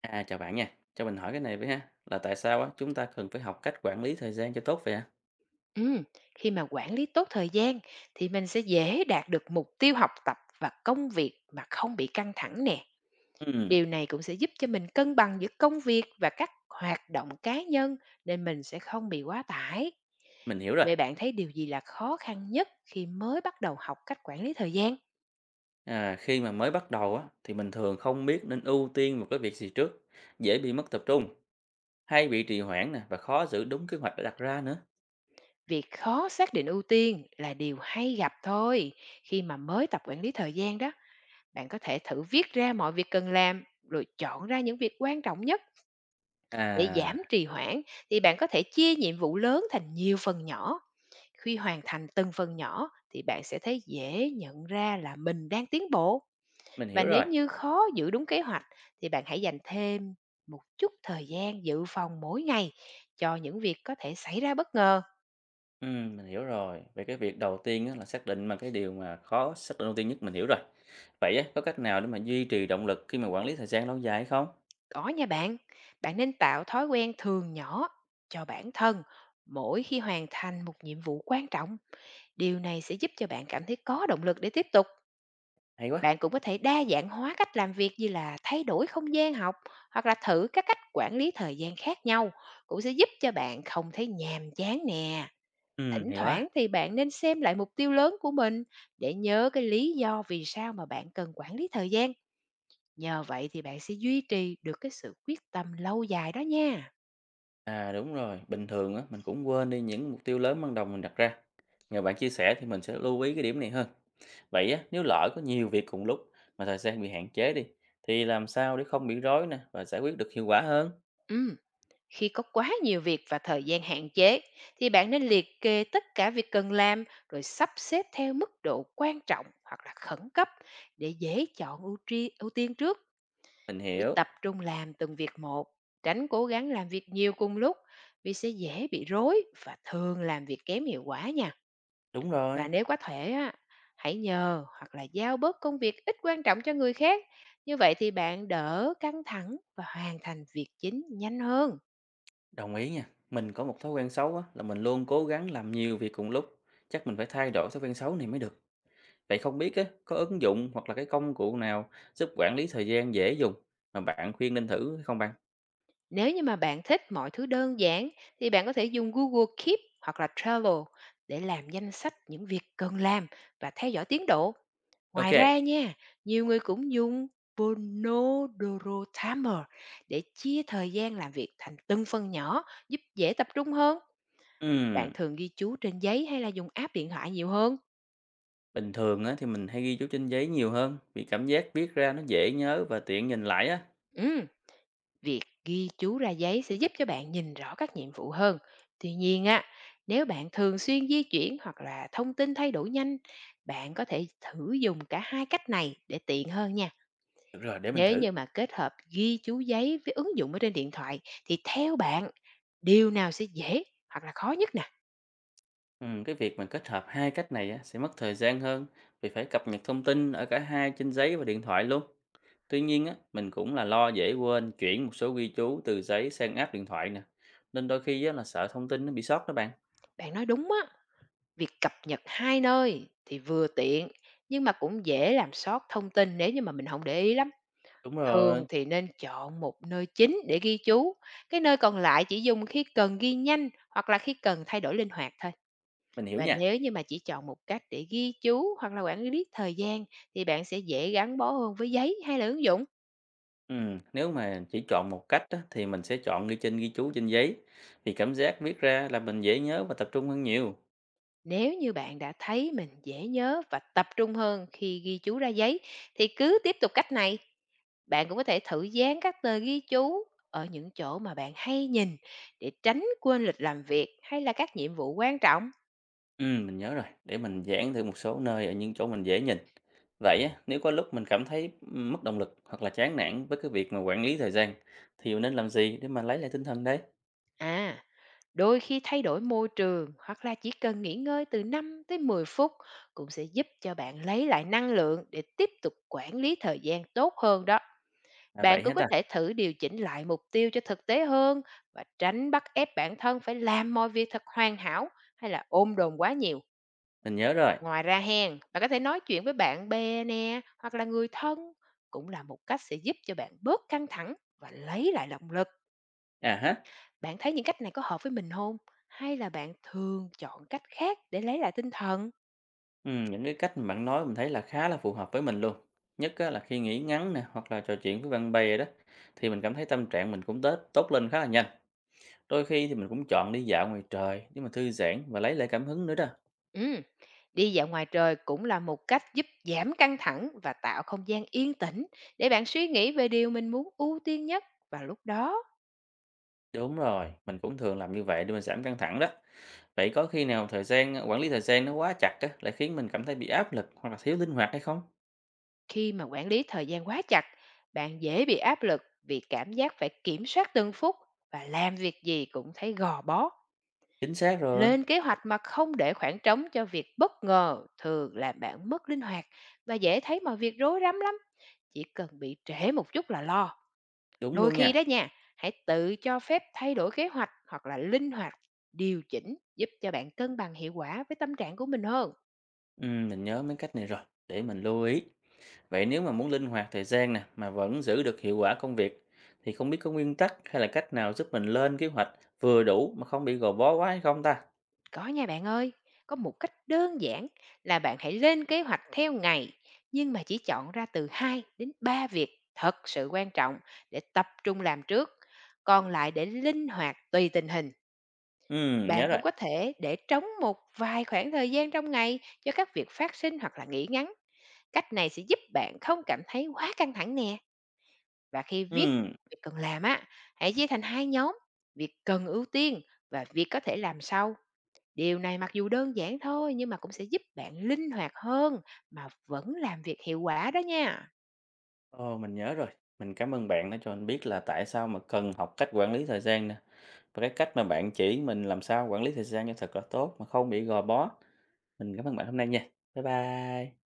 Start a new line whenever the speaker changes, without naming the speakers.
À, chào bạn nha. Cho mình hỏi cái này với ha, là tại sao á chúng ta cần phải học cách quản lý thời gian cho tốt vậy ạ?
Ừm, Khi mà quản lý tốt thời gian thì mình sẽ dễ đạt được mục tiêu học tập và công việc mà không bị căng thẳng nè.
Ừm,
Điều này cũng sẽ giúp cho mình cân bằng giữa công việc và các hoạt động cá nhân nên mình sẽ không bị quá tải.
mình hiểu rồi.
Vậy bạn thấy điều gì là khó khăn nhất khi mới bắt đầu học cách quản lý thời gian?
À, khi mà mới bắt đầu á thì mình thường không biết nên ưu tiên một cái việc gì trước, dễ bị mất tập trung, hay bị trì hoãn nè và khó giữ đúng kế hoạch đã đặt ra nữa.
Việc khó xác định ưu tiên là điều hay gặp thôi. Khi mà mới tập quản lý thời gian đó, bạn có thể thử viết ra mọi việc cần làm rồi chọn ra những việc quan trọng nhất. Để
À,
giảm trì hoãn thì bạn có thể chia nhiệm vụ lớn thành nhiều phần nhỏ. Khi hoàn thành từng phần nhỏ thì bạn sẽ thấy dễ nhận ra là mình đang tiến bộ.
mình
Và
hiểu
nếu
rồi.
như khó giữ đúng kế hoạch thì bạn hãy dành thêm một chút thời gian dự phòng mỗi ngày cho những việc có thể xảy ra bất ngờ.
Mình hiểu rồi. Về cái việc đầu tiên á là xác định mà cái điều mà khó xác định ưu tiên nhất mình hiểu rồi. Vậy á có cách nào để mà duy trì động lực khi mà quản lý thời gian lâu dài hay không?
Có nha bạn, bạn nên tạo thói quen thường nhỏ cho bản thân mỗi khi hoàn thành một nhiệm vụ quan trọng. Điều này sẽ giúp cho bạn cảm thấy có động lực để tiếp tục.
Hay quá.
Bạn cũng có thể đa dạng hóa cách làm việc như là thay đổi không gian học hoặc là thử các cách quản lý thời gian khác nhau cũng sẽ giúp cho bạn không thấy nhàm chán nè. Thỉnh
Hay
thoảng
quá.
thì bạn nên xem lại mục tiêu lớn của mình để nhớ cái lý do vì sao mà bạn cần quản lý thời gian. Nhờ vậy thì bạn sẽ duy trì được cái sự quyết tâm lâu dài đó nha.
À, đúng rồi, bình thường á, mình cũng quên đi những mục tiêu lớn ban đầu mình đặt ra. Nhờ bạn chia sẻ thì mình sẽ lưu ý cái điểm này hơn. Vậy á, nếu lỡ có nhiều việc cùng lúc mà thời gian bị hạn chế đi, thì làm sao để không bị rối nè và giải quyết được hiệu quả hơn?
Ừ. Khi có quá nhiều việc và thời gian hạn chế thì bạn nên liệt kê tất cả việc cần làm rồi sắp xếp theo mức độ quan trọng hoặc là khẩn cấp để dễ chọn ưu tiên trước.
Mình
Chỉ
hiểu.
tập trung làm từng việc một, tránh cố gắng làm việc nhiều cùng lúc vì sẽ dễ bị rối và thường làm việc kém hiệu quả nha.
Đúng rồi,
Và nếu có thể á, hãy nhờ hoặc là giao bớt công việc ít quan trọng cho người khác. Như vậy thì bạn đỡ căng thẳng và hoàn thành việc chính nhanh hơn.
đồng ý nha. Mình có một thói quen xấu á, là mình luôn cố gắng làm nhiều việc cùng lúc. Chắc mình phải thay đổi thói quen xấu này mới được. Vậy không biết á, có ứng dụng hoặc là cái công cụ nào giúp quản lý thời gian dễ dùng mà bạn khuyên nên thử hay không bạn?
Nếu như mà bạn thích mọi thứ đơn giản thì bạn có thể dùng Google Keep hoặc là Trello để làm danh sách những việc cần làm và theo dõi tiến độ. Ngoài
Ok.
ra nha, nhiều người cũng dùng Pomodoro Timer để chia thời gian làm việc thành từng phần nhỏ giúp dễ tập trung hơn. Bạn
Ừm.
thường ghi chú trên giấy hay là dùng app điện thoại nhiều hơn?
Bình thường á, thì mình hay ghi chú trên giấy nhiều hơn vì cảm giác viết ra nó dễ nhớ và tiện nhìn lại á.
Ừ. Việc ghi chú ra giấy sẽ giúp cho bạn nhìn rõ các nhiệm vụ hơn. Tuy nhiên á, nếu bạn thường xuyên di chuyển hoặc là thông tin thay đổi nhanh, bạn có thể thử dùng cả hai cách này để tiện hơn nha.
Được rồi, để mình
Nếu
thử.
như mà kết hợp ghi chú giấy với ứng dụng ở trên điện thoại thì theo bạn điều nào sẽ dễ hoặc là khó nhất nè?
Ừ, cái việc mà kết hợp hai cách này á, sẽ mất thời gian hơn vì phải cập nhật thông tin ở cả hai trên giấy và điện thoại luôn. Tuy nhiên á, mình cũng là lo dễ quên chuyển một số ghi chú từ giấy sang app điện thoại nè. Nên đôi khi á, là sợ thông tin nó bị sót đó bạn.
Bạn nói đúng á, việc cập nhật hai nơi thì vừa tiện nhưng mà cũng dễ làm sót thông tin nếu như mà mình không để ý lắm.
Đúng
Thường
rồi.
thì nên chọn một nơi chính để ghi chú, cái nơi còn lại chỉ dùng khi cần ghi nhanh hoặc là khi cần thay đổi linh hoạt thôi.
Mình hiểu
Và
nha.
nếu như mà chỉ chọn một cách để ghi chú hoặc là quản lý thời gian thì bạn sẽ dễ gắn bó hơn với giấy hay là ứng dụng.
Ừ, nếu mà chỉ chọn một cách á, thì mình sẽ chọn ghi trên ghi chú trên giấy vì cảm giác viết ra là mình dễ nhớ và tập trung hơn nhiều.
Nếu như bạn đã thấy mình dễ nhớ và tập trung hơn khi ghi chú ra giấy thì cứ tiếp tục cách này. Bạn cũng có thể thử dán các tờ ghi chú ở những chỗ mà bạn hay nhìn để tránh quên lịch làm việc hay là các nhiệm vụ quan trọng.
Mình nhớ rồi, để mình dán thử một số nơi ở những chỗ mình dễ nhìn. Vậy á, nếu có lúc mình cảm thấy mất động lực hoặc là chán nản với cái việc mà quản lý thời gian thì mình nên làm gì để mà lấy lại tinh thần đấy?
À, Đôi khi thay đổi môi trường hoặc là chỉ cần nghỉ ngơi từ 5 tới 10 phút cũng sẽ giúp cho bạn lấy lại năng lượng để tiếp tục quản lý thời gian tốt hơn đó.
À vậy
Bạn
hả
cũng có
ta?
thể thử điều chỉnh lại mục tiêu cho thực tế hơn và tránh bắt ép bản thân phải làm mọi việc thật hoàn hảo hay là ôm đồn quá nhiều.
Mình nhớ rồi.
Ngoài ra hen, bạn có thể nói chuyện với bạn bè nè hoặc là người thân cũng là một cách sẽ giúp cho bạn bớt căng thẳng và lấy lại động lực.
À ha,
Bạn thấy những cách này có hợp với mình không? Hay là bạn thường chọn cách khác để lấy lại tinh thần?
những cái cách mà bạn nói mình thấy là khá là phù hợp với mình luôn. Nhất á, là khi nghỉ ngắn nè hoặc là trò chuyện với bạn bè đó thì mình cảm thấy tâm trạng mình cũng tốt tốt lên khá là nhanh. Đôi khi thì mình cũng chọn đi dạo ngoài trời để mà thư giãn và lấy lại cảm hứng nữa đó.
Ừm, đi dạo ngoài trời cũng là một cách giúp giảm căng thẳng và tạo không gian yên tĩnh để bạn suy nghĩ về điều mình muốn ưu tiên nhất. Và lúc đó,
Đúng rồi, mình cũng thường làm như vậy để mình giảm căng thẳng đó. Vậy có khi nào thời gian quản lý thời gian nó quá chặt á, lại khiến mình cảm thấy bị áp lực hoặc là thiếu linh hoạt hay không?
khi mà quản lý thời gian quá chặt, bạn dễ bị áp lực vì cảm giác phải kiểm soát từng phút và làm việc gì cũng thấy gò bó.
Chính xác rồi,
Lên kế hoạch mà không để khoảng trống cho việc bất ngờ thường làm bạn mất linh hoạt và dễ thấy mọi việc rối rắm lắm. Chỉ cần bị trễ một chút là lo.
đúng
Đôi
luôn
khi
nha.
đó nha, hãy tự cho phép thay đổi kế hoạch hoặc là linh hoạt điều chỉnh giúp cho bạn cân bằng hiệu quả với tâm trạng của mình hơn.
Mình nhớ mấy cách này rồi, để mình lưu ý. Vậy nếu mà muốn linh hoạt thời gian nè, mà vẫn giữ được hiệu quả công việc, thì không biết có nguyên tắc hay là cách nào giúp mình lên kế hoạch vừa đủ mà không bị gò bó quá hay không ta?
Có nha bạn ơi, có một cách đơn giản là bạn hãy lên kế hoạch theo ngày nhưng mà chỉ chọn ra từ 2 đến 3 việc thật sự quan trọng để tập trung làm trước, còn lại để linh hoạt tùy tình hình.
Nhớ
Bạn
rồi.
cũng có thể để trống một vài khoảng thời gian trong ngày cho các việc phát sinh hoặc là nghỉ ngắn. Cách này sẽ giúp bạn không cảm thấy quá căng thẳng nè. Và khi viết
Ừm.
việc cần làm á, hãy chia thành hai nhóm, việc cần ưu tiên và việc có thể làm sau. Điều này mặc dù đơn giản thôi nhưng mà cũng sẽ giúp bạn linh hoạt hơn mà vẫn làm việc hiệu quả đó nha.
Ồ, mình nhớ rồi. Mình cảm ơn bạn đã cho mình biết là tại sao mà cần học cách quản lý thời gian nè. Và cái cách mà bạn chỉ mình làm sao quản lý thời gian cho thật là tốt mà không bị gò bó. Mình cảm ơn bạn hôm nay nha. Bye bye.